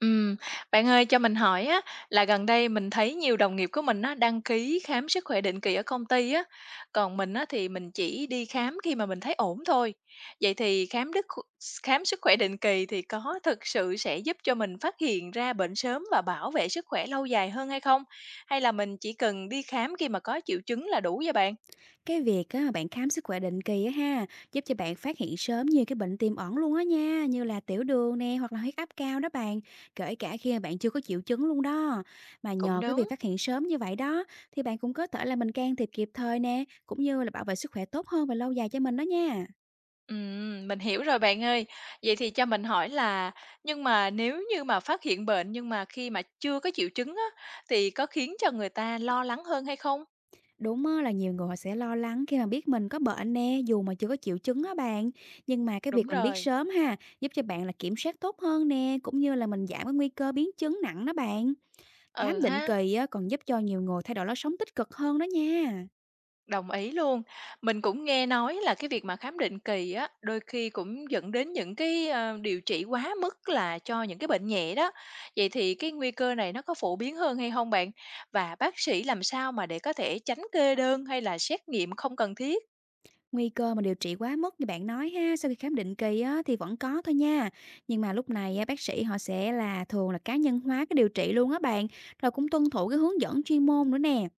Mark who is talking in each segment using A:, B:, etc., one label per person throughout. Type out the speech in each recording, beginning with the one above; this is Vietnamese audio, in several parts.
A: Ừm, bạn ơi cho mình hỏi á, là gần đây mình thấy nhiều đồng nghiệp của mình á, đăng ký khám sức khỏe định kỳ ở công ty á, còn mình á, thì mình chỉ đi khám khi mà mình thấy ổn thôi. Vậy thì khám sức khỏe định kỳ thì có thực sự sẽ giúp cho mình phát hiện ra bệnh sớm và bảo vệ sức khỏe lâu dài hơn hay không? Hay là mình chỉ cần đi khám khi mà có triệu chứng là đủ vậy bạn?
B: Cái việc á, mà bạn khám sức khỏe định kỳ á ha, giúp cho bạn phát hiện sớm nhiều cái bệnh tiềm ẩn luôn á nha, như là tiểu đường nè hoặc là huyết áp cao đó bạn, kể cả khi mà bạn chưa có triệu chứng luôn đó. Mà
A: Cũng
B: nhờ cái việc
A: đúng.
B: phát hiện sớm như vậy đó, thì bạn cũng có thể là mình can thiệp kịp thời nè, cũng như là bảo vệ sức khỏe tốt hơn và lâu dài cho mình đó nha.
A: Mình hiểu rồi bạn ơi. Vậy thì cho mình hỏi là nhưng mà nếu như mà phát hiện bệnh nhưng mà khi mà chưa có triệu chứng á, thì có khiến cho người ta lo lắng hơn hay không?
B: Đúng á, là nhiều người họ sẽ lo lắng khi mà biết mình có bệnh nè, dù mà chưa có triệu chứng á bạn. Nhưng mà cái
A: Đúng
B: việc mình biết
A: rồi.
B: sớm ha, giúp cho bạn là kiểm soát tốt hơn nè, cũng như là mình giảm cái nguy cơ biến chứng nặng đó bạn. Khám
A: Ừ
B: định
A: ha,
B: kỳ á, còn giúp cho nhiều người thay đổi lối sống tích cực hơn đó nha.
A: đồng ý luôn. Mình cũng nghe nói là cái việc mà khám định kỳ á, đôi khi cũng dẫn đến những cái, điều trị quá mức là cho những cái bệnh nhẹ đó. Vậy thì cái nguy cơ này nó có phổ biến hơn hay không bạn? Và bác sĩ làm sao mà để có thể tránh kê đơn hay là xét nghiệm không cần thiết?
B: Nguy cơ mà điều trị quá mức như bạn nói ha, sau khi khám định kỳ á, thì vẫn có thôi nha. Nhưng mà lúc này á, bác sĩ họ sẽ là thường là cá nhân hóa cái điều trị luôn á bạn, rồi cũng tuân thủ cái hướng dẫn chuyên môn nữa nè.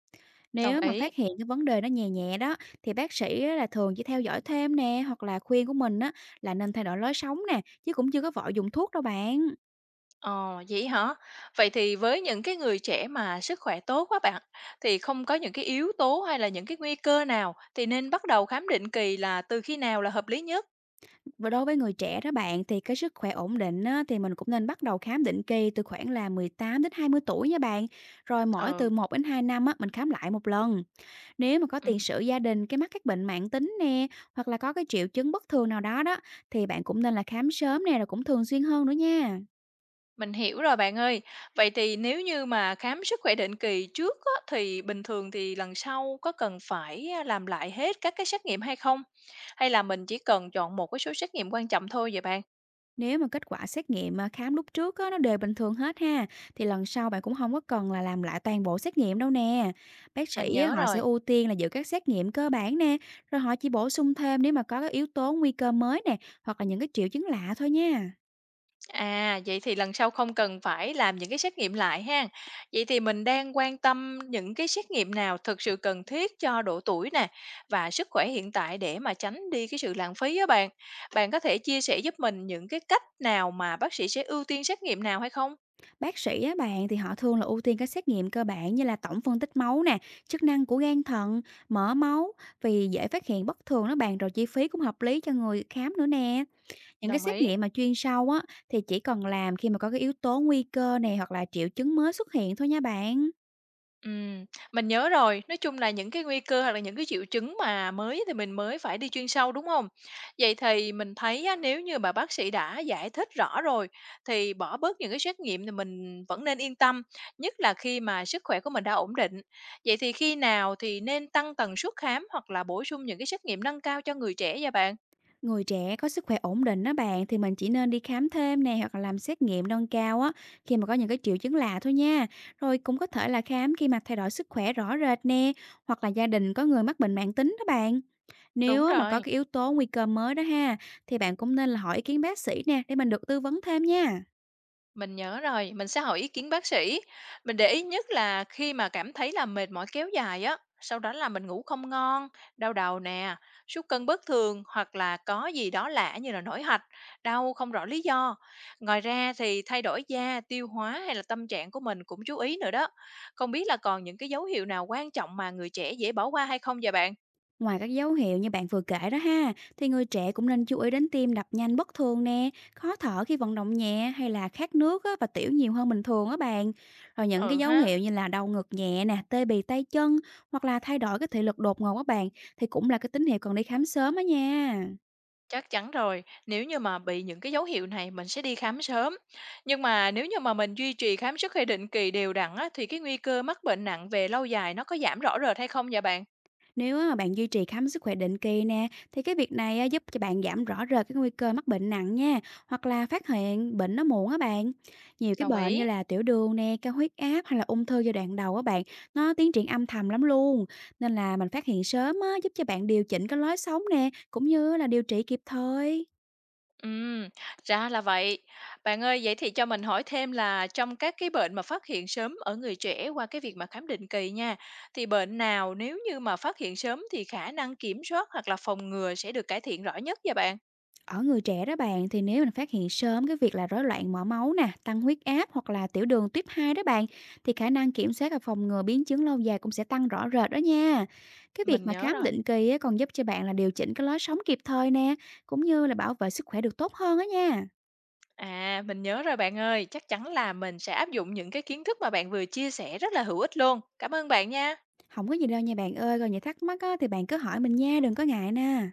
A: Đồng
B: Nếu mà
A: ý.
B: phát hiện cái vấn đề nó nhẹ nhẹ đó, thì bác sĩ á, là thường chỉ theo dõi thêm nè hoặc là khuyên của mình á là nên thay đổi lối sống nè chứ cũng chưa có vội dùng thuốc đâu bạn.
A: Ờ, vậy hả? Vậy thì với những cái người trẻ mà sức khỏe tốt quá bạn, thì không có những cái yếu tố hay là những cái nguy cơ nào thì nên bắt đầu khám định kỳ là từ khi nào là hợp lý nhất?
B: Và đối với người trẻ đó bạn, thì cái sức khỏe ổn định á, thì mình cũng nên bắt đầu khám định kỳ từ khoảng là 18 đến 20 tuổi nha bạn. Rồi mỗi
A: Ừ,
B: từ một đến 2 năm á, mình khám lại một lần. Nếu mà có tiền
A: ừm,
B: sử gia đình cái mắc các bệnh mãn tính nè, hoặc là có cái triệu chứng bất thường nào đó đó, thì bạn cũng nên là khám sớm nè, rồi cũng thường xuyên hơn nữa nha.
A: mình hiểu rồi bạn ơi. Vậy thì nếu như mà khám sức khỏe định kỳ trước á, thì bình thường thì lần sau có cần phải làm lại hết các cái xét nghiệm hay không? Hay là mình chỉ cần chọn một cái số xét nghiệm quan trọng thôi vậy bạn?
B: Nếu mà kết quả xét nghiệm, à, khám lúc trước á, nó đều bình thường hết ha, thì lần sau bạn cũng không có cần là làm lại toàn bộ xét nghiệm đâu nè. Bác
A: Mình
B: sĩ á,
A: nhớ
B: họ sẽ
A: rồi.
B: ưu tiên là giữ các xét nghiệm cơ bản nè, rồi họ chỉ bổ sung thêm nếu mà có cái yếu tố nguy cơ mới nè, hoặc là những cái triệu chứng lạ thôi nha.
A: À, vậy thì lần sau không cần phải làm những cái xét nghiệm lại ha. Vậy thì mình đang quan tâm những cái xét nghiệm nào thực sự cần thiết cho độ tuổi nè và sức khỏe hiện tại để mà tránh đi cái sự lãng phí á bạn. Bạn có thể chia sẻ giúp mình những cái cách nào mà bác sĩ sẽ ưu tiên xét nghiệm nào hay không?
B: Bác sĩ á bạn, thì họ thường là ưu tiên các xét nghiệm cơ bản như là tổng phân tích máu nè, chức năng của gan thận, mỡ máu, vì dễ phát hiện bất thường đó bạn, rồi chi phí cũng hợp lý cho người khám nữa nè. Những cái
A: Đồng
B: xét
A: ý.
B: nghiệm mà chuyên sâu á, thì chỉ cần làm khi mà có cái yếu tố nguy cơ này hoặc là triệu chứng mới xuất hiện thôi nha bạn.
A: Ừm, mình nhớ rồi. Nói chung là những cái nguy cơ hoặc là những cái triệu chứng mà mới thì mình mới phải đi chuyên sâu, đúng không? Vậy thì mình thấy á, nếu như bà bác sĩ đã giải thích rõ rồi thì bỏ bớt những cái xét nghiệm thì mình vẫn nên yên tâm, nhất là khi mà sức khỏe của mình đã ổn định. Vậy thì khi nào thì nên tăng tần suất khám hoặc là bổ sung những cái xét nghiệm nâng cao cho người trẻ vậy bạn?
B: Người trẻ có sức khỏe ổn định đó bạn, thì mình chỉ nên đi khám thêm nè hoặc là làm xét nghiệm nâng cao á khi mà có những cái triệu chứng lạ thôi nha. Rồi cũng có thể là khám khi mà thay đổi sức khỏe rõ rệt nè, hoặc là gia đình có người mắc bệnh mãn tính đó bạn.
A: Đúng
B: Nếu á, mà có
A: rồi.
B: cái yếu tố nguy cơ mới đó ha, thì bạn cũng nên là hỏi ý kiến bác sĩ nè, để mình được tư vấn thêm nha.
A: Mình nhớ rồi, mình sẽ hỏi ý kiến bác sĩ. Mình để ý nhất là khi mà cảm thấy là mệt mỏi kéo dài á, sau đó là mình ngủ không ngon, đau đầu nè, sút cân bất thường hoặc là có gì đó lạ như là nổi hạch, đau không rõ lý do. Ngoài ra thì thay đổi da, tiêu hóa hay là tâm trạng của mình cũng chú ý nữa đó. Không biết là còn những cái dấu hiệu nào quan trọng mà người trẻ dễ bỏ qua hay không vậy bạn?
B: Ngoài các dấu hiệu như bạn vừa kể đó ha, thì người trẻ cũng nên chú ý đến tim đập nhanh bất thường nè, khó thở khi vận động nhẹ, hay là khát nước á, và tiểu nhiều hơn bình thường á bạn. Rồi những cái
A: Ừ
B: dấu
A: ha.
B: hiệu như là đau ngực nhẹ nè, tê bì tay chân, hoặc là thay đổi cái thị lực đột ngột các bạn, thì cũng là cái tín hiệu cần đi khám sớm á nha.
A: Chắc chắn rồi, nếu như mà bị những cái dấu hiệu này mình sẽ đi khám sớm. Nhưng mà nếu như mà mình duy trì khám sức khỏe định kỳ đều đặn á, thì cái nguy cơ mắc bệnh nặng về lâu dài nó có giảm rõ rệt hay không vậy bạn?
B: Nếu á mà bạn duy trì khám sức khỏe định kỳ nè, thì cái việc này á, giúp cho bạn giảm rõ rệt cái nguy cơ mắc bệnh nặng nha, hoặc là phát hiện bệnh nó muộn á bạn. Nhiều cái
A: Đồng
B: bệnh
A: ý.
B: như là tiểu đường nè, cao huyết áp hay là ung thư giai đoạn đầu á bạn, nó tiến triển âm thầm lắm luôn. Nên là mình phát hiện sớm á, giúp cho bạn điều chỉnh cái lối sống nè, cũng như là điều trị kịp thời.
A: Ừm, ra là vậy. Bạn ơi, vậy thì cho mình hỏi thêm là trong các cái bệnh mà phát hiện sớm ở người trẻ qua cái việc mà khám định kỳ nha, thì bệnh nào nếu như mà phát hiện sớm thì khả năng kiểm soát hoặc là phòng ngừa sẽ được cải thiện rõ nhất vậy bạn?
B: Ở người trẻ đó bạn, thì nếu mình phát hiện sớm cái việc là rối loạn mỡ máu nè, tăng huyết áp hoặc là tiểu đường tuyếp 2 đó bạn, thì khả năng kiểm soát và phòng ngừa biến chứng lâu dài cũng sẽ tăng rõ rệt đó nha. Cái việc
A: Mình
B: mà
A: nhớ
B: khám
A: rồi.
B: định kỳ á, còn giúp cho bạn là điều chỉnh cái lối sống kịp thời nè, cũng như là bảo vệ sức khỏe được tốt hơn đó nha.
A: À, mình nhớ rồi bạn ơi, chắc chắn là mình sẽ áp dụng những cái kiến thức mà bạn vừa chia sẻ rất là hữu ích luôn. Cảm ơn bạn nha.
B: Không có gì đâu nha bạn ơi, còn những thắc mắc á, thì bạn cứ hỏi mình nha, đừng có ngại nè.